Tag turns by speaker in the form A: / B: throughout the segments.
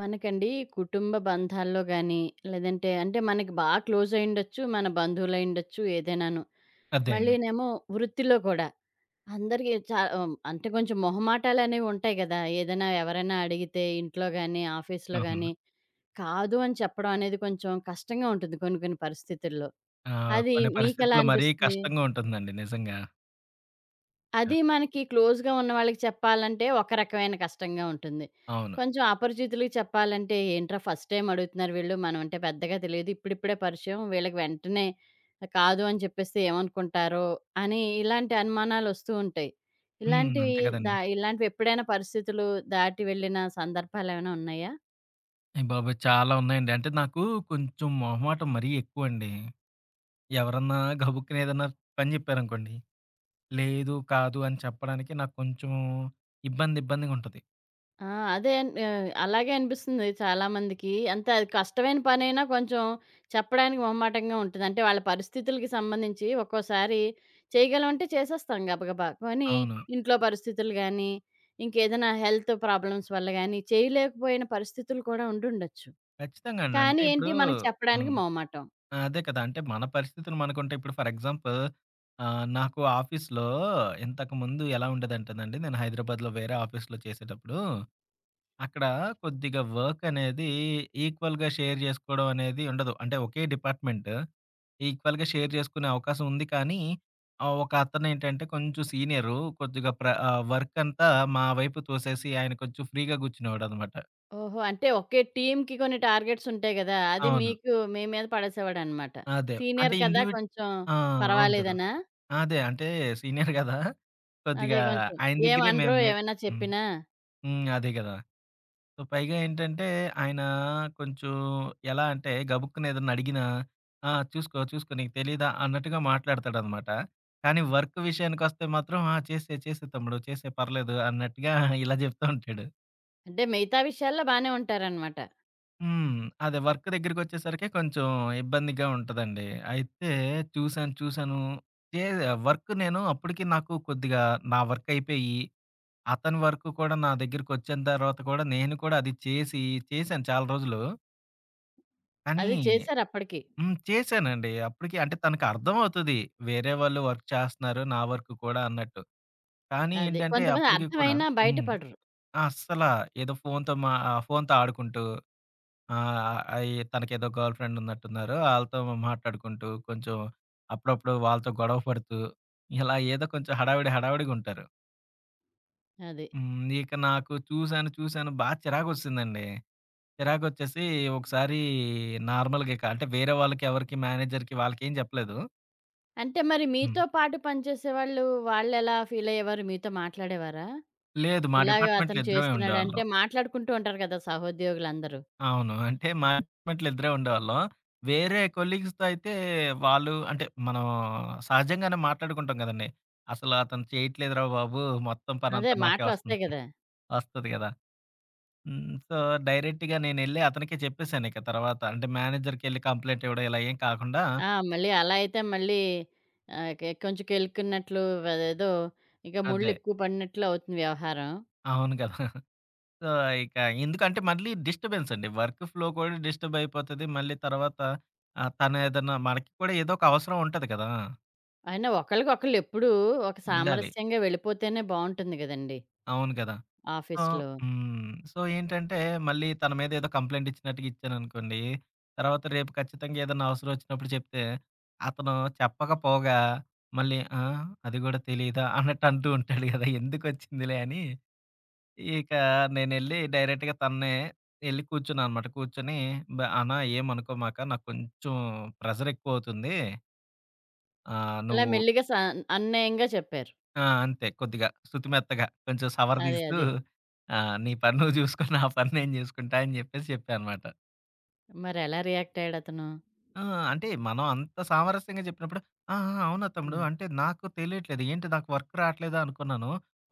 A: మనకండి కుటుంబ బంధాల్లో గానీ, లేదంటే మనకి బాగా క్లోజ్ అయ్యుండొచ్చు, మన బంధువులయ్యుండొచ్చు ఏదైనాను.
B: అదే అండి.
A: మళ్ళీనేమో వృత్తిలో కూడా. అందరికి అంటే కొంచెం మొహమాటాలనేవి ఉంటాయి గదా! ఏదైనా ఎవరైనా అడిగితే ఇంట్లో గానీ, ఆఫీస్‌లో
B: అవును.
A: గానీ, కాదు అని చెప్పడం అనేది కొంచెం కష్టంగా ఉంటుంది కొన్ని కొన్ని పరిస్థితుల్లో. అది
B: కొన్ని
A: మీకెలా
B: పరిస్థితుల్లో మరీ
A: అనిపిస్తుంది?
B: కష్టంగా ఉంటుందండి నిజంగా. ఆ!
A: అది మనకి క్లోజ్‌గా ఉన్న వాళ్ళకి చెప్పాలంటే, ఒక రకమైన కష్టంగా ఉంటుంది.
B: అవును.
A: కొంచెం అపరిచితులకి చెప్పాలంటే, ఏంట్రా ఫస్ట్ టైమ్ అడుగుతున్నారు వీళ్ళు, మనమంటే పెద్దగా తెలీదు, ఇప్పుడిప్పుడే పరిచయం, వీళ్ళకి వెంటనే కాదు అని చెప్పేస్తే ఏమనుకుంటారో అని ఇలాంటి అనుమానాలొస్తూ ఉంటాయి.
B: హ్మ్.
A: ఇలాంటివి
B: అంతే
A: దా
B: కదండీ.
A: ఇలాంటివి ఎప్పుడైనా పరిస్థితులు దాటి వెళ్ళిన సందర్భాలేమైనా ఉన్నాయా?
B: అయ్య బాబోయ్! చాలా ఉన్నాయండి. అంటే నాకు కొంచెం మొహమాటం మరీ ఎక్కువండి. ఎవరన్నా గబుక్కున ఏదన్నా పని జెప్పారనుకోండి, లేదు, కాదు అని చెప్పడానికి నాకు కొంచెం ఇబ్బందిగా ఉంటది.
A: ఆ! అలాగే అనిపిస్తుంది చాలామందికి. అంతే అది కష్టమైన పనైనా కొంచెం చెప్పడానికి మొహమాటంగా ఉంటది. అంటే వాళ్ళ పరిస్థితులకి సంబంధించి ఒక్కోసారి చేయగలమంటే చేసేస్తాం గబగబా. కానీ
B: అవును.
A: ఇంట్లో పరిస్థితులు గానీ, ఇంకేదైనా హెల్త్ ప్రాబ్లమ్స్ వల్ల గానీ, చేయలేకపోయిన పరిస్థితులు కూడా ఉండుండొచ్చు.
B: ఖచ్చితంగా అండి.
A: కానీ
B: అంటే
A: ఏంటి
B: ఇప్పుడు
A: మనకు చెప్పడానికి
B: హ్మ్.
A: మొహమాటం.
B: అదే కదా! అంటే మన పరిస్థితులు మనకుంటాయి. ఇప్పుడు ఫర్ ఎగ్జాంపుల్, నాకు ఆఫీస్‌లో ఇంతకుముందు ఎలా ఉండేదంటేనండి, నేను హైదరాబాద్‌లో వేరే ఆఫీస్‌లో చేసేటప్పుడు అక్కడ కొద్దిగా వర్క్ అనేది ఈక్వల్‌గా షేర్ జేసుకోవడం అనేది ఉండదు. అంటే ఒకే డిపార్ట్‌మెంట్. ఈక్వల్‌గా షేర్ జేసుకునే అవకాశం ఉంది. కానీ ఒక అతనేంటంటే కొంచెం సీనియరు. కొద్దిగా వర్క్ అంతా మా వైపు తోసేసి ఆయన కొంచెం ఫ్రీగా గూర్చునేవాడనమాట.
A: ఓహో! అంటే ఒకే టీమ్‌కి కొన్ని టార్గెట్స్ ఉంటాయి గదా! అది
B: అవును.
A: మీకు మీ మీద పడేసేవాడనమాట.
B: అదే. అంటే
A: సీనియర్ కదా! కొంచెం
B: ఆ! అవును కదా!
A: పర్వాలేదనా?
B: అదే. అంటే సీనియర్ గదా!
A: అదే
B: కొద్దిగా
A: కొంచెం.
B: ఆయన దగ్గరే మేము
A: ఏమనరు?
B: నే
A: ఏమైనా
B: హ్మ్.
A: చెప్పినా?
B: హ్మ్. అదే గదా! సో, పైగా ఏంటంటే, ఆయన కొంచెం ఎలా అంటే, గబుక్కున ఏదన్నా అడిగినా, "ఆ! చూసుకో, చూసుకో నీకు తెలీదా?" అన్నట్టుగా మాట్లాడతాడనమాట. కానీ వర్క్ విషయానికొస్తే మాత్రం, "ఆ! చేసేయి, చేసేయి తమ్ముడు, చేసేయి పర్లేదు" అన్నట్టుగా ఇలా చెప్తా ఉంటాడు.
A: అంటే మిగతా విషయాల్లో బానే ఉంటారనమాట.
B: హ్మ్. అదే వర్క్ దగ్గరికొచ్చేసరికి కొంచెం ఇబ్బందిగా ఉంటదండి. అయితే చూసాను, చూసాను. చే వర్క్ నేను అప్పటికి నాకు కొద్దిగా నా వర్క్ అయిపోయి, అతని వర్క్ కూడా నా దగ్గరికొచ్చిన తర్వాత కూడా, నేను కూడా అది చేసి, చేశాను చాలా రోజులు. కానీ
A: అది చేశారప్పటికి.
B: హ్మ్. చేశానండి. అప్పటికి అంటే తనకి అర్థమవుతది. వేరే వాళ్ళు వర్క్ చేస్తున్నారు. నా వర్క్ కూడా అన్నట్టు. కానీ
A: అది.
B: ఏంటంటే
A: కొంతమంది
B: అప్పటికి కూడా
A: అర్థమైనా బయట
B: హ్మ్.
A: పడరు.
B: అస్సల ఏదో ఫోనుతో ఫోనుతో ఆడుకుంటూ ఆహ్, అయి తనకేదో గర్ల్ ఫ్రెండ్ ఉన్నట్టున్నారు. ఆళ్ళతో మాట్లాడుకుంటూ కొంచెం అప్పుడప్పుడు వాళ్ళతో గొడవ పడుతూ ఇలా ఏదో కొంచెం హడావిడి హడావిడిగుంటారు.
A: అది.
B: హ్మ్. ఇక నాకు చూసాను చూసాను చిరాకొచ్చేసిందండి. చిరాకొచ్చేసి ఒకసారి నార్మల్‌గా ఇక అంటే వేరే వాళ్ళకి ఎవరికి మేనేజర్‌కి వాళ్ళకేం చెప్పలేదు.
A: అంటే మరి
B: హ్మ్.
A: మీతో పాటు పనిచేసేవాళ్ళు వాళ్ళెలా ఫీలయ్యేవారు? మీతో మాట్లాడేవారా?
B: లేదు. మా
A: ఇలాగ
B: డిపార్ట్‌మెంట్‌లో
A: అతను
B: ఇద్దరమే
A: చేస్తున్నాడంటే
B: ఉండేవాళ్ళం.
A: మాట్లాడుకుంటూ ఉంటారు కదా! సహోద్యోగులందరూ.
B: అవును. అంటే మా డిపార్ట్‌మెంట్‌లో ఇద్దరే ఉండేవాళ్ళం. వేరే కొలీగ్స్‌తో అయితే వాళ్ళు అంటే మనం సహజంగానే మాట్లాడుకుంటాం గదండీ. అసలు అతను చేయట్లేదురా బాబు! మొత్తం
A: అదే
B: పనంతా నాకే
A: మాటలొస్తాయి
B: వస్తుంది.
A: గదా!
B: వస్తది గదా! హ్మ్. సో, డైరెక్ట్‌గా నేనెళ్ళి అతనికే చెప్పేసాను ఇక తర్వాత. అంటే మేనేజర్‌కెళ్ళి కంప్లెయింట్ ఇవ్వడం ఇలా ఏం కాకుండా
A: ఆ! మళ్ళీ అలా అయితే మళ్ళీ ఆహ్, కె కొంచెం కెలుక్కున్నట్లు అదేదో ఇక
B: అదే.
A: ముళ్ళెక్కువ పడినట్లు అవుతుంది వ్యవహారం.
B: అవును గదా! సో, ఇక ఎందుకంటే మళ్ళీ డిస్టర్బెన్స్ అండి. వర్క్ ఫ్లో కూడా డిస్టర్బ్ అయిపోతది. మళ్ళీ తర్వాత తను ఏదన్నా మనకి కూడా ఏదో ఒక అవసరం ఉంటది కదా!
A: అయినా ఒకళ్ళకొకళ్ళెప్పుడూ ఒక
B: ఉండాలి.
A: సామరస్యంగా వెళ్ళిపోతేనే బావుంటుంది గదండీ!
B: అవును కదా! సో,
A: ఆఫీస్‌లో.
B: హ్మ్. సో, ఏంటంటే మళ్ళీ తన మీద ఏదో కంప్లెయింట్ ఇచ్చినట్టుగా ఇచ్చాననుకోండి. తర్వాత రేపు ఖచ్చితంగా ఏదన్నా అవసరం వచ్చినప్పుడు చెప్తే, అతను చెప్పకపోగా మళ్ళీ "ఆ! అది గూడా తెలీదా" అన్నట్టు అంటూ ఉంటాడు కదా! ఎందుకొచ్చిందిలే అని ఇక నేనెళ్ళి డైరెక్ట్‌గా తన్నే ఎళ్లి కూర్చున్నాననమాట. కూర్చొని "అన్న, ఏమనుకోమాక నాకు కొంచెం ప్రెషర్ ఎక్కువవుతుంది.
A: అలా
B: నువ్వు"
A: మెల్లిగా అన్యాయంగా చెప్పారు.
B: ఆ! అంతే కొద్దిగా సుతిమెత్తగా కొంచెం
A: అదే.
B: సవరదీస్తూ
A: అదే.
B: "నీ పని నువ్వు చూసుకో. నా పని నేను చూసుకుంటా" అని చెప్పేసి చెప్పా అనమాట.
A: మరెలా రియాక్ట్ అయ్యాడతను?
B: ఆ! అంటే మనం అంత సామరస్యంగా చెప్పినప్పుడు, "ఆ! ఆ! అవునా
A: ఆ!
B: తమ్ముడు అంటే నాకు తెలియట్లేదు. ఏంటి నాకు వర్క్ రావట్లేదా అనుకున్నాను.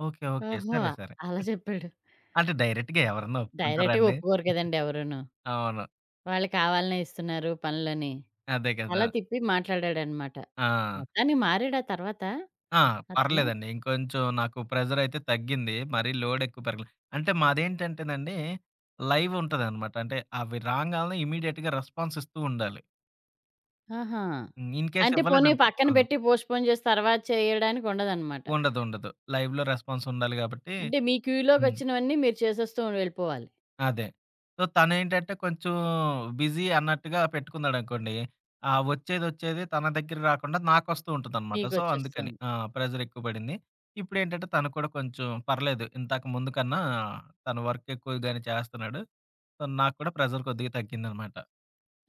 B: ఓకే. ఓకే.
A: ఓహో!
B: సరే. సరే."
A: అలా చెప్పాడు.
B: అంటే డైరెక్ట్‌గా ఎవరన్నా
A: డైరెక్ట్‌గా
B: ఒప్పుకుంటారండి?
A: ఒప్పుకోరు కదండీ ఎవరూను.
B: అవును.
A: వాళ్ళు కావాలనే ఇస్తున్నారు పనులని.
B: అదే కదా!
A: అలా తిప్పి మాట్లాడాడనమాట.
B: ఆ!
A: మొత్తానికి మారాడా తర్వాత
B: ఆ!
A: అతను?
B: పర్లేదండి. ఇంకొంచెం నాకు ప్రెషరైతే తగ్గింది. మరీ లోడ్ ఎక్కువ పెరగలే. అంటే మాదేంటంటేనండి, లైవ్ ఉంటదనమాట. అంటే అవి రాంగాల్నే ఇమ్మీడియేట్‌గా రెస్పాన్స్ ఇస్తూ ఉండాలి.
A: ఆహా!
B: హ్మ్. ఇన్‌కేస్
A: అంటే పోనీ
B: ఇవ్వలేదనుకో
A: పక్కన
B: ఆ!
A: పెట్టి పోస్ట్‌పోన్ చేసి తర్వాత చేయడానికి ఉండదనమాట.
B: ఉండదు. ఉండదు. లైవ్‌లో రెస్పాన్స్ ఉండాలి గాబట్టి
A: అంటే మీ
B: హ్మ్.
A: క్యూలోకొచ్చినవన్నీ మీరు చేసేస్తూ వెళ్ళిపోవాలి.
B: అదే. సో, తనేంటంటే కొంచెం బిజీ అన్నట్టుగా పెట్టుకున్నాడనుకోండి. ఆ ఒచ్చేదొచ్చేది తన దగ్గర రాకుండా నాకొస్తూ ఉంటదనమాట. సో, అందుకని.
A: మీకొచ్చేస్తుంది.
B: ఆ! ప్రెషరెక్కువ పడింది. ఇప్పుడేంటంటే తను కూడా కొంచెం పర్లేదు. ఇంతక ముందు కన్నా తను వర్క్ ఎక్కువగానే చేస్తన్నాడు. సో, నాకు కూడా ప్రెషర్ కొద్దిగా తగ్గిందనమాట.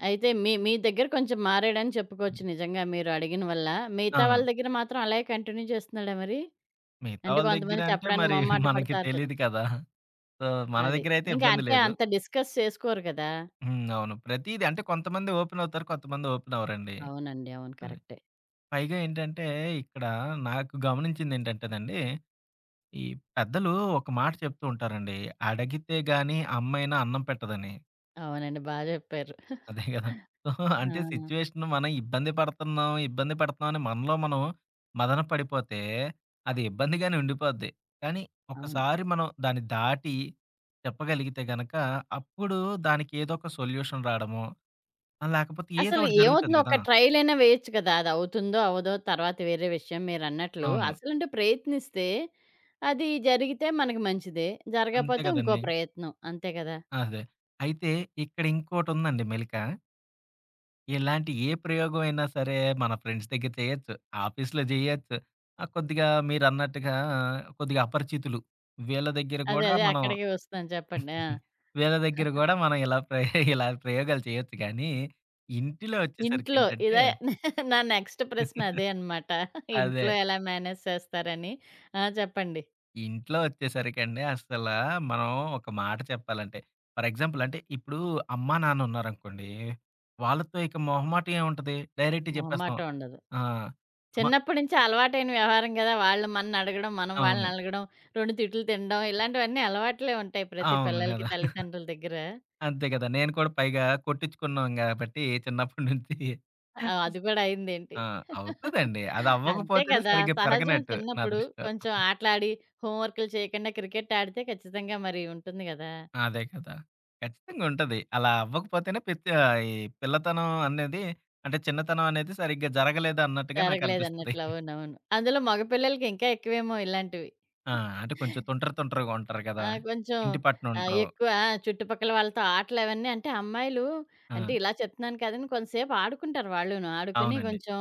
A: అయితే మీ మీ దగ్గర కొంచెం మారాడని చెప్పుకోవచ్చు నిజంగా మీరు అడిగిన వల్ల.
B: ఆ!
A: మిగతా వాళ్ళ దగ్గర మాత్రం అలాగే కంటిన్యూ చేస్తున్నాడా మరి?
B: మిగతా
A: అంటే
B: వాళ్ళ దగ్గర
A: కొంతమంది
B: అంటే
A: చెప్పడానికి
B: మరి
A: మొహమాట
B: మనకి
A: పడతారు కదా!
B: తెలీదు కదా! సో, మన
A: అది.
B: దగ్గరైతే
A: ఇంకా
B: ఇబ్బంది
A: అంటే
B: లేదు.
A: అంత డిస్కస్ చేసుకోరు కదా!
B: హ్మ్. అవును. ప్రతీది అంటే కొంతమంది ఓపెనవుతారు. కొంతమంది ఓపెనవ్వరండి.
A: అవునండి. అవును.
B: అది.
A: కరెక్టే.
B: పైగా ఏంటంటే, ఇక్కడ నాకు గమనించిందేంటంటేనండి, ఈ పెద్దలు ఒక మాట చెప్తూ ఉంటారండి. అడిగితే గాని అమ్మైనా అన్నం పెట్టదని.
A: అవునండి. బా చెప్పారు.
B: అదే గదా! సో, అంటే
A: ఆ!
B: సిట్యుయేషన్ మనం ఇబ్బంది పడుతున్నాం, ఇబ్బంది పడుతున్నాం అని మనలో మనం మదన పడిపోతే, అది ఇబ్బందిగానే ఉండిపోద్ది. కానీ
A: అవును.
B: ఒకసారి మనం దాన్ని దాటి చెప్పగలిగితే గనక, అప్పుడు దానికి ఏదో ఒక సొల్యూషన్ రాడమో, లేకపోతే ఏదో
A: అసలు
B: ఒకటి జరుగుతది
A: ఏమవుతుంది ఒక
B: గదా!
A: ట్రైల్ అయినా వేయొచ్చు కదా! అది అవుతుందో, అవ్వదో తర్వాత వేరే విషయం మీరన్నట్లు.
B: అవును.
A: అసలంటే ప్రయత్నిస్తే అది జరిగితే మనకి మంచిదే.
B: అంతే
A: జరగకపోతే
B: గదండీ!
A: ఇంకో ప్రయత్నం. అంతే కదా!
B: అదే. అయితే ఇక్కడ ఇంకోటుందండి మెలిక. ఇలాంటి ఏ ప్రయోగం అయినా సరే మన ఫ్రెండ్స్ దగ్గర చేయొచ్చు. ఆఫీస్‌లో జేయొచ్చు. కొద్దిగా మీరన్నట్టుగా కొద్దిగా అపరిచితులు. వీళ్ళ దగ్గర
A: అదే.
B: గూడా
A: అదే.
B: మనం
A: అక్కడికే వస్తున్నాను చెప్పండి. ఆ!
B: వీళ్ళ దగ్గర గూడా మనం ఇలా ప్రయోగాలు చేయొచ్చు గానీ, ఇంటిలో
A: ఇంట్లో
B: వచ్చేసరికేంటంటే
A: ఇదే నా నెక్స్ట్ ప్రశ్న అదే అనమాట.
B: అదే.
A: ఇంట్లో ఎలా మేనేజ్ చేస్తారని. ఆ! చెప్పండి.
B: ఇంట్లో వచ్చేసరికండి అసలా మనం ఒక మాట చెప్పాలంటే, ఫర్ ఎగ్జాంపుల్ అంటే ఇప్పుడు అమ్మా, నాన్న ఉన్నారనుకోండి, వాళ్ళతో ఇక మొహమాటం ఏముంటది? డైరెక్ట్‌గా చెప్పేస్తాం.
A: మొహమాటం ఉండదు.
B: ఆ! అమ్మ,
A: చిన్నప్పటి నుంచి అలవాటైన వ్యవహారం గదా! వాళ్ళు మననడగడం, మనం
B: అవును.
A: వాళ్ళనడగడం, 2 తిట్లు తినడం ఇలాంటివన్నీ అలవాట్లే ఉంటాయి ప్రతి
B: అవును
A: పిల్లలకి
B: కదా!
A: తల్లిదండ్రుల దగ్గర.
B: అంతే కదా! నేను కూడా పైగా కొట్టించుకున్నాం గాబట్టి చిన్నప్పటి నుంచి.
A: ఆ! అది గూడా అయిందేంటి?
B: ఆ! అవుతదండి. అది
A: అంతే
B: అవ్వకపోతేనే
A: కదా!
B: సరిగ్గా
A: సహజం
B: పెరగనట్టు నా
A: చిన్నప్పుడు
B: దృష్టిలో.
A: కొంచెం ఆటలాడి, హోంవర్క్‌లు చేయకుండా క్రికెట్ ఆడితే ఖచ్చితంగా మరి ఉంటుంది గదా!
B: అదే కదా! ఖచ్చితంగా ఉంటది. అలా అవ్వకపోతేనే ఈ పిల్లతనం అనేది అంటే చిన్నతనం అనేది సరిగ్గా జరగలేదు అన్నట్టుగా నాకనిపిస్తది.
A: జరగలేదన్నట్లు. అవునవును. అందులో మగ పిల్లలకి ఇంకా ఎక్కువేమో ఇలాంటివి.
B: ఆ! అంటే కొంచెం తుంటరగా ఉంటారు కదా!
A: ఆ! కొంచెం
B: ఇంటి పట్టున ఉండరు.
A: ఎక్కువ ఆ! చుట్టుపక్కల వాళ్ళతో ఆటలవన్నీ అంటే అమ్మాయిలు
B: ఆ!
A: అంటే ఇలా చెప్తున్నాను కాదని కొంతసేపు ఆడుకుంటారు వాళ్ళును. ఆడుకుని
B: అవునండి.
A: కొంచెం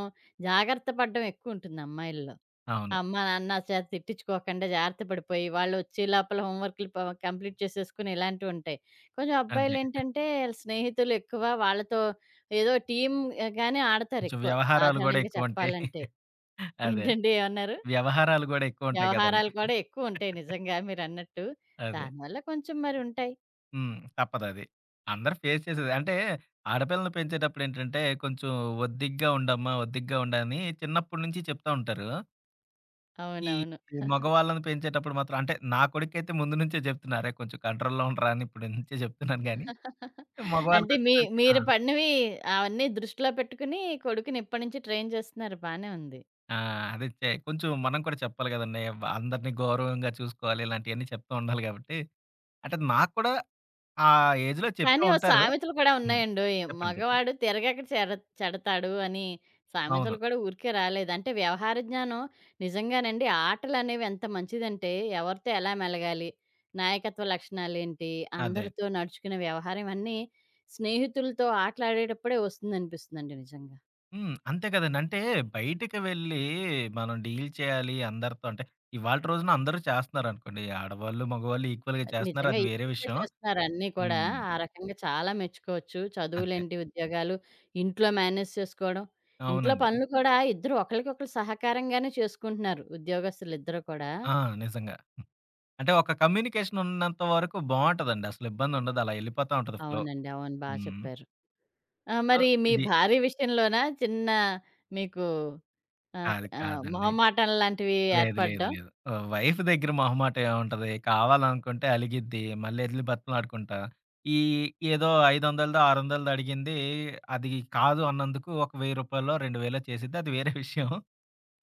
A: జాగ్రత్త పడడం ఎక్కువుంటుంది అమ్మాయిల్లో.
B: అవును.
A: ఆ అమ్మ, నాన్న చేత తిట్టించుకోకుండా జాగ్రత్త పడిపోయి వాళ్ళొచ్చే లోపల హోంవర్క్‌లు కంప్లీట్ చేసేసుకుని ఇలాంటివుంటాయి. కొంచెం
B: అదే.
A: అబ్బాయిలేంటంటే స్నేహితులు ఎక్కువ వాళ్ళతో ఏదో టీమ్‌గానే
B: కొంచెం
A: ఆడతారెక్కువ
B: వ్యవహారాలు గూడా
A: సాధారణంగా
B: ఎక్కువుంటాయి.
A: చెప్పాలంటే.
B: అదే.
A: ఏంటండి ఏమన్నారు?
B: వ్యవహారాలు గూడా ఎక్కువుంటాయి కదండీ!
A: వ్యవహారాలు కూడా ఎక్కువుంటాయి నిజంగా మీరన్నట్టు.
B: అదే.
A: దానివల్ల కొంచెం మరుంటాయి.
B: హ్మ్. తప్పదది. అందరూ ఫేస్ చేసేదే. అంటే ఆడపిల్లల్ని పెంచేటప్పుడేంటంటే కొంచెం ఒద్దిగ్గా ఉండమ్మా, ఒద్దిగ్గా ఉండని చిన్నప్పటి నుంచి చెప్తా ఉంటారు. ఈ
A: అవునవును.
B: మగవాళ్ళని పెంచేటప్పుడు మాత్రం అంటే నా కొడుకైతే ముందు నుంచే చెప్తున్నా. "అరేయ్! కొంచెం కంట్రోల్‌లో ఉండరా" అని ఇప్పటి నుంచే చెప్తున్నాను గానీ,
A: అంటే మీ
B: మగవాళ్ళకొచ్చేసరికి ఆ!
A: మీరు పడినవి అవన్నీ దృష్టిలో పెట్టుకొని కొడుకుని ఇప్పటి నుంచి ట్రైన్ చేస్తున్నారు. బానే ఉంది.
B: ఆ! అదే కొంచెం మనం కూడా చెప్పాలి కదండీ! అందరిని గౌరవంగా చూసుకోవాలి. ఇలాంటియన్నీ చెప్తూ ఉండాలి కాబట్టి, అంటే నాకు కూడా ఆ ఏజ్‌లో చెప్పే
A: కానీ ఓ
B: ఉంటారు.
A: సామెతలు కూడా
B: హ్మ్.
A: ఉన్నాయండోయ్.
B: చెప్పండి. చెప్పండి.
A: మగవాడు తిరగక చెడతాడు అని
B: అవును.
A: సామెతలు కూడా ఊరికే రాలేదు. అంటే వ్యవహార జ్ఞానం నిజంగానండి ఆటలనేవి ఎంత మంచిదంటే ఎవరితో ఎలా మెలగాలి? నాయకత్వ లక్షణాలేంటి?
B: అదే.
A: అందరితో నడుచుకునే వ్యవహారం ఇవన్నీ స్నేహితులతో ఆటలాడేటప్పుడే వస్తుందనిపిస్తుందండి నిజంగా.
B: హ్మ్. అంతే కదండీ! అంటే బయటికి వెళ్ళి మనం డీల్ చేయాలి అందరితో అంటే, ఇవాల్టి రోజున అందరూ చేస్తున్నారనుకోండి. ఆడవాళ్ళు, మగవాళ్ళు ఈక్వల్‌గా చేస్తున్నారు.
A: నిజంగా
B: అది వేరే
A: ఇప్పుడే
B: విషయం.
A: చేస్తున్నారు అన్నీ కూడా.
B: హ్మ్.
A: ఆ రకంగా చాలా మెచ్చుకోవచ్చు.
B: అంతే.
A: చదువులేంటి, ఉద్యోగాలు, ఇంట్లో మేనేజ్ చేసుకోవడం. ఇంట్లో
B: అవునండి.
A: పనులు కూడా ఇద్దరు ఒకళ్ళకొకళ్ళు సహకారంగానే చేసుకుంటున్నారు. ఉద్యోగస్తులిద్దరూ కూడా.
B: ఆ! నిజంగా. అంటే ఒక కమ్యూనికేషన్ ఉన్నంత వరకు బావుంటదండి. అసలు ఇబ్బందుండదు. అలా ఎళ్ళిపోతా ఉంటది ఫ్లో.
A: అవునండి. అవును. బా
B: హ్మ్.
A: చెప్పారు. ఆ!
B: సో,
A: మరి మీ
B: ఇది
A: భార్య విషయంలోనా చిన్న మీకు ఆహ్,
B: కాదు
A: ఆహ్,
B: కాదండి.
A: మొహమాటం లాంటివి
B: లేదు. లేదు.
A: ఏర్పడడం?
B: లేదు. వైఫ్ దగ్గర మొహమాటం ఏముంటది? కావాలనుకుంటే అలిగిద్ది. మళ్ళీ ఎళ్లి బతిమలాడుకుంటా. ఈ ఏదో 500దో, 600దో అడిగింది. అది కాదు అన్నందుకు ఒక రూ. 1,000 2,000 చేసిద్ది. అది వేరే విషయం.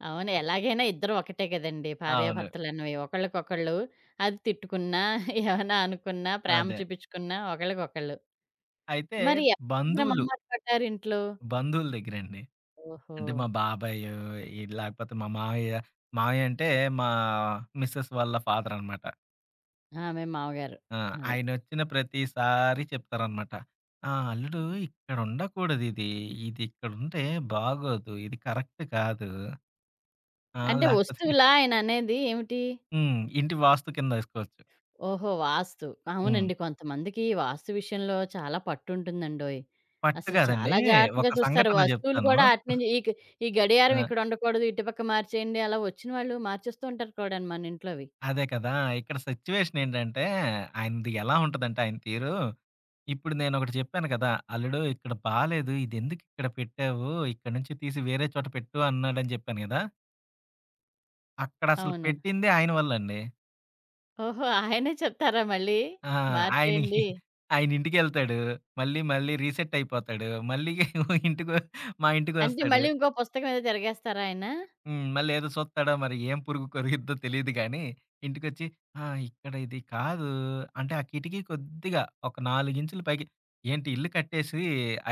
A: అవును. ఎలాగైనా ఇద్దరు ఒకటే గదండీ
B: అవును.
A: భార్యాభర్తలనేవి. ఒకళ్ళకొకళ్ళు అది తిట్టుకున్నా, ఏమన్నా అనుకున్నా, ప్రేమ
B: అదే.
A: చూపించుకున్నా ఒకళ్ళకొకళ్ళు.
B: అయితే
A: మరి ఎవరి దగ్గర
B: బంధువులు,
A: మొహమాట పడ్డారు ఇంట్లో?
B: బంధువుల దగ్గరండి.
A: ఓహో!
B: అంటే మా బాబాయ్ ఈ లేకపోతే మా మావయ్య, మావయ్య అంటే మా మిసెస్ వాళ్ళ ఫాదర్ అనమాట.
A: ఆమె మామగారు.
B: ఆ!
A: అదే.
B: ఆయనొచ్చిన ప్రతిసారి చెప్తారనమాట. "ఆ! అల్లుడు, ఇక్కడుండకూడదు ఇది. ఇది ఇక్కడుంటే బాగోదు. ఇది కరెక్ట్ కాదు. ఆ!
A: అంటే
B: లేకపోతే"
A: వస్తువులా ఆయననేది ఏమిటి?
B: హ్మ్. ఇంటి వాస్తు కిందేసుకోవచ్చు.
A: ఓహో! వాస్తు.
B: హ్మ్.
A: అవునండి. కొంతమందికి వాస్తు విషయంలో చాలా పట్టుంటుందండోయ్!
B: పట్టు
A: అసలు
B: కాదండి.
A: చాలా జాగ్రత్తగా
B: ఒక
A: చూస్తారు.
B: సంఘటన
A: వస్తువులు
B: చెప్తాను.
A: కూడా అటునుంచి ఈ గడియారం
B: ఆ!
A: ఇక్కడ ఉండకూడదు. ఇటుపక్క మార్చేయండి. అలా వచ్చిన వాళ్ళు మార్చేస్తూ ఉంటారు కూడాను మన ఇంట్లోవి.
B: అదే కదా! ఇక్కడ సిట్యుయేషన్ ఏంటంటే ఆయనది ఎలా ఉంటదంటే ఆయన తీరు ఇప్పుడు నేనొకటి చెప్పాను కదా! అల్లుడు ఇక్కడ బాలేదు. ఇదెందుకిక్కడ పెట్టావు? ఇక్కడి నుంచి తీసి వేరే చోట పెట్టు అన్నాడని జెప్పాను గదా! అక్కడసలు
A: అవును.
B: పెట్టిందే ఆయన వల్లండి.
A: ఓహో! ఆయనే చెప్తారా మళ్ళీ?
B: ఆ! ఆయనకి
A: మార్చేయండి.
B: ఆయనింటికెళ్తాడు. మళ్ళీ, మళ్ళీ రీసెట్ అయిపోతాడు. మళ్ళీ ఇంటికొ మా
A: అంటే
B: ఇంటికొస్తాడు.
A: మళ్ళీ ఇంకో పుస్తకం ఏదో తిరగేస్తారా ఆయన?
B: హ్మ్. మళ్ళేదో సూత్తాడో మరి ఏం పురుగు కొరిగిద్దో తెలీదు గానీ, ఇంటికొచ్చి "ఆ! ఇక్కడ ఇది కాదు" అంటే ఆ కిటికీ కొద్దిగా ఒక 4 ఇంచులు పైకి ఏంటి ఇల్లు కట్టేసి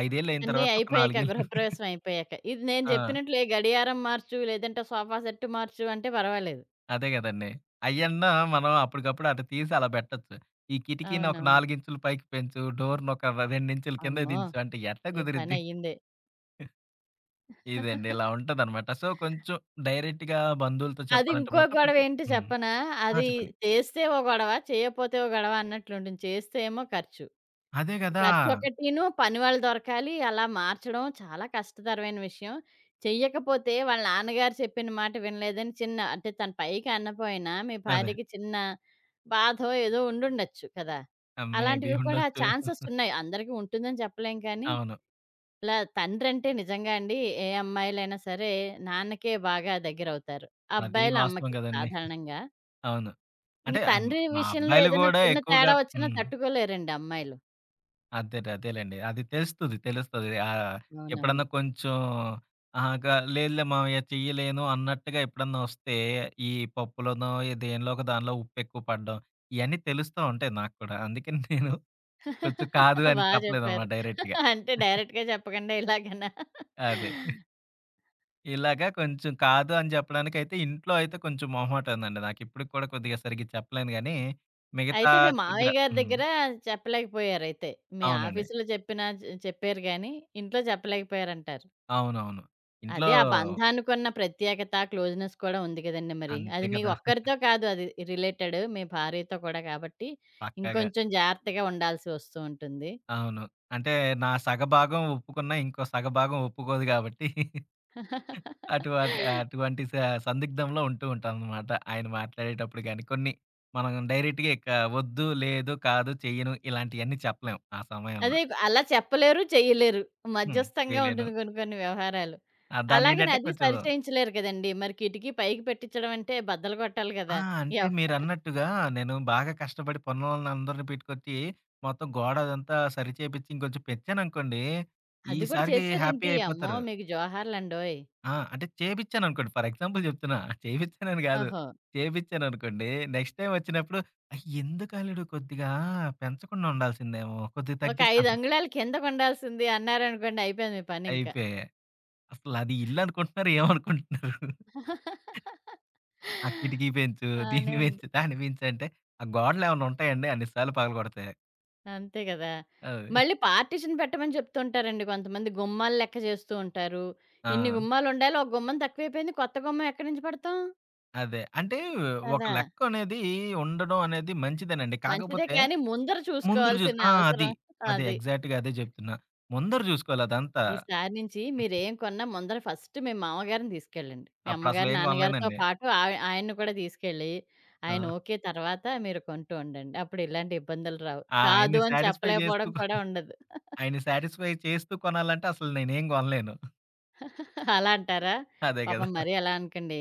B: 5 ఏళ్ళయిన
A: అన్నీ
B: తర్వాత ఒక 4
A: అయిపోయాక,
B: ఏళ్ళు
A: గృహప్రవేశం అయిపోయాక. ఇది నేను
B: ఆ!
A: జెప్పినట్లు ఏ గడియారం మార్చు, లేదంటే సోఫా సెట్ మార్చు అంటే పర్వాలేదు.
B: అదే గదండీ. అయ్యన్నా మనం అప్పటికప్పుడు అటు తీసి అలా బెట్టొచ్చు. ఈ కిటికీని ఒక
A: అవునవును.
B: 4 ఇంచులు పైకి పెంచు, డోర్‌ని ఒక 2 ఇంచులు కిందకి
A: అమ్మో!
B: దించు అంటే ఎట్టా
A: మీ
B: కుదిరిద్ది?
A: పనయ్యిందే.
B: ఇదండి. ఇలా ఉంటదనమాట. సో, కొంచెం డైరెక్ట్‌గా బంధువులతో
A: అది
B: చెప్పాలంటే
A: ఇంకో
B: మాత్రం కొంచెం
A: గొడవేంటి
B: హ్మ్.
A: చెప్పనా?
B: ఆ!
A: అది
B: చెప్పండి.
A: చేస్తే ఓ గొడవ, చేయపోతే ఓ గొడవ అన్నట్లుంటుంది. చేస్తే ఏమో ఖర్చు.
B: అదే గదా!
A: ఖర్చొకటీను, పనివాళ్ళు దొరకాలి. అలా మార్చడం చాలా కష్టతరమైన విషయం. చెయ్యకపోతే వాళ్ళ నాన్నగారు చెప్పిన మాట వినలేదని చిన్న అంటే తను పైకి అనపోయినా మీ
B: అదే.
A: భార్యకి చిన్న బాధో ఏదో ఉండుండొచ్చు కదా!
B: మేబీ
A: అలాంటివి కూడా
B: ఉండొచ్చు.
A: ఛాన్సెస్ ఉన్నాయి. అందరికీ ఉంటుందని చెప్పలేం కానీ,
B: అవును.
A: ఇలా తండ్రంటే నిజంగా అండి ఏ అమ్మాయిలైనా సరే నాన్నకే బాగా దగ్గరవుతారు.
B: అది
A: అబ్బాయిలు
B: వాస్తవం
A: అమ్మకి
B: గదండీ.
A: సాధారణంగా.
B: అవును.
A: ఇంక
B: అంటే
A: తండ్రి
B: మా
A: విషయంలో
B: అబ్బాయిలు
A: ఏదైనా
B: గూడా
A: చిన్న
B: ఎక్కువగా
A: తేడా వచ్చినా
B: హ్మ్.
A: తట్టుకోలేరండి అమ్మాయిలు.
B: అదే అదేలేండి. అది తెలుస్తది. తెలుస్తది. ఎప్పుడన్నా
A: అవునవును.
B: కొంచెం ఆహా! లేదులే మామయ్య చెయ్యలేను అన్నట్టుగా ఎప్పుడన్నా వస్తే, ఈ పప్పులోనో ఏ దేనిలో ఒక దానిలో ఉప్పెక్కువ పడడం ఇయన్నీ తెలుస్తా ఉంటాయి నాకు కూడా. అందుకని నేను కొంచెం కాదు అని
A: బా
B: చెప్పలేదనమాట
A: చెప్పారు.
B: డైరెక్ట్‌గా.
A: అంటే డైరెక్ట్‌గా చెప్పకుండా ఇలాగనా?
B: అదే. ఇలాగా కొంచెం కాదు అని చెప్పడానికైతే ఇంట్లో అయితే కొంచెం మొహమాటం ఉందండి. నాకిప్పటికి కూడా కొద్దిగా సరిగ్గా చెప్పలేను గానీ, మిగతా
A: అయితే మీ
B: దగ్గర
A: మావయ్య గారి
B: హ్మ్.
A: దగ్గర చెప్పలేకపోయారైతే. మీ
B: అవునండి.
A: ఆఫీసులో చెప్పినా చెప్పారు గానీ, ఇంట్లో చెప్పలేకపోయారంటారు.
B: అవునవును. ఇంట్లో
A: అదే ఆ బంధానికున్న ప్రత్యేకత, క్లోజ్‌నెస్ కూడా ఉంది కదండీ మరి.
B: అంతే
A: అది మీ
B: కదా!
A: ఒక్కరితో కాదు అది రిలేటెడ్ మీ భార్యతో కూడా కాబట్టి,
B: పక్కాగా.
A: ఇంకొంచెం జాగ్రత్తగా ఉండాల్సి వస్తూ ఉంటుంది.
B: అవును. అంటే నా సగభాగం ఒప్పుకున్నా, ఇంకో సగభాగం ఒప్పుకోదు గాబట్టి అటువంటి అటువంటి స సందిగ్ధంలో ఉంటూ ఉంటామనమాట. ఆయన మాట్లాడేటప్పుడు గాని, కొన్ని మనం డైరెక్ట్‌గా ఇక వద్దు, లేదు, కాదు, చెయ్యను ఇలాంటియన్నీ చెప్పలేం ఆ సమయంలో.
A: అదే అలా చెప్పలేరు, చెయ్యలేరు.
B: హ్మ్.
A: మధ్యస్థంగా
B: చేయలేను.
A: ఉంటుంది కొన్ని కొన్ని వ్యవహారాలు.
B: ఆ!
A: అలాగని
B: దాన్నేంటంటే
A: అది
B: కొంచెం
A: సరిచేయించలేరు కదండీ! మరి కిటికీ పైకి పెట్టించడం అంటే బద్దలు కొట్టాలి
B: ఆ!
A: కదా!
B: అంటే
A: ఎవ్
B: మీరన్నట్టుగా నేను బాగా కష్టపడి పనోళ్ళనందరిని పెట్టుకొచ్చి, మొత్తం గోడ అదంతా సరి చేపిచ్చి ఇంకొంచెం పెంచాననుకోండి,
A: అది కూడా
B: ఈసారికి హ్యాపీ
A: చేసారేంటి? అమ్మో!
B: అయిపోతారు.
A: మీకు జోహార్లండోయ్!
B: ఆ! అంటే చేపిచ్చాననుకోండి. ఫర్ ఎగ్జాంపుల్ చెప్తున్నా. చేపిచ్చానని గాదు.
A: ఓహో!
B: చేపిచ్చాననుకోండి. నెక్స్ట్ టైమ్ వచ్చినప్పుడు "అయి ఎందుకు అల్లుడు కొద్దిగా పెంచకుండా ఉండాల్సిందేమో. కొద్దిగా
A: ఒక 5
B: తగ్గిచ్చంటారు."
A: అంగుళాలు కిందకుండాల్సింది అన్నారనుకోండి అయిపోయింది మీ పనింక.
B: అయిపోయే. అసలది ఇల్లనుకుంటున్నారో ఏమనుకుంటున్నారు. ఆ కిటికీ పెంచు,
A: బానే
B: దీన్ని
A: ఉంది.
B: పెంచు, దాన్ని పెంచంటే, ఆ గోడలేమన్నా ఉంటాయండి అన్ని సార్లు పగలగొడతాయి.
A: అంతే గదా!
B: అది.
A: మళ్ళీ పార్టిషన్ పెట్టమని చెప్తుంటారండి కొంతమంది. గుమ్మాలు లెక్క చేస్తూ ఉంటారు.
B: ఆ!
A: ఇన్ని గుమ్మాలుండాలి. ఒక గుమ్మం తక్కువైపోయింది. కొత్త గుమ్మం ఎక్కడి నుంచి పెడతాం?
B: అదే. అంటే ఒక
A: కదా!
B: లెక్కనేది ఉండడం అనేది మంచిదేనండి.
A: మంచిదే
B: కాకపోతే
A: కానీ ముందర
B: ముందుర జూసి
A: చూసుకోవాల్సిన
B: ఆ! అది.
A: అవసరం
B: అదే.
A: అది.
B: ఎగ్జాక్ట్‌గా అదే జెప్తున్నా. ముందర జూసుకోవాలి అదంతా.
A: ఈసారి నుంచి మీరేం కొన్నా ముందర ఫస్ట్ మీ మామగారిని తీసుకెళ్ళండి. మీ అమ్మగారు,
B: అప్పుడసలేం
A: నాన్నగారితో
B: కొనలేదండి.
A: పాటు ఆయన్ని కూడా తీసుకెళ్ళి,
B: ఆ!
A: ఆయన ఓకే తర్వాత మీరు కొంటూ ఉండండి. అప్పుడు ఇలాంటి ఇబ్బందులు రావు.
B: ఆయన్ని
A: కాదు అని
B: సాటిస్ఫై చేస్తూ
A: చెప్పలేకపోవడం కూడా ఉండదు.
B: ఆయన్ని సాటిస్ఫై చేస్తూ కొనాలంటే అసలు నేనేం కొనలేను.
A: అలా అంటారా?
B: అదే కదా!
A: పాపం మరీ అలా అనకండి.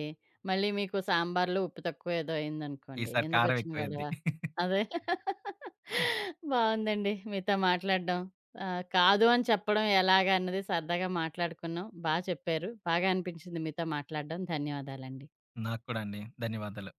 A: మళ్ళీ మీకు సాంబార్‌లో ఉప్పు తక్కువ ఏదో అయిందనుకోండి.
B: ఈసారి కారం
A: ఎందుకొచ్చిన గొడవ.
B: ఎక్కువైద్ది.
A: అదే. బావుందండి. మీతో మాట్లాడడం. కాదు అని చెప్పడం ఎలాగా అన్నది సరదాగా మాట్లాడుకున్నాం. బా చెప్పారు. బాగా అనిపించింది మీతో మాట్లాడడం. ధన్యవాదాలండి.
B: నాకు కూడా అండి. ధన్యవాదాలు.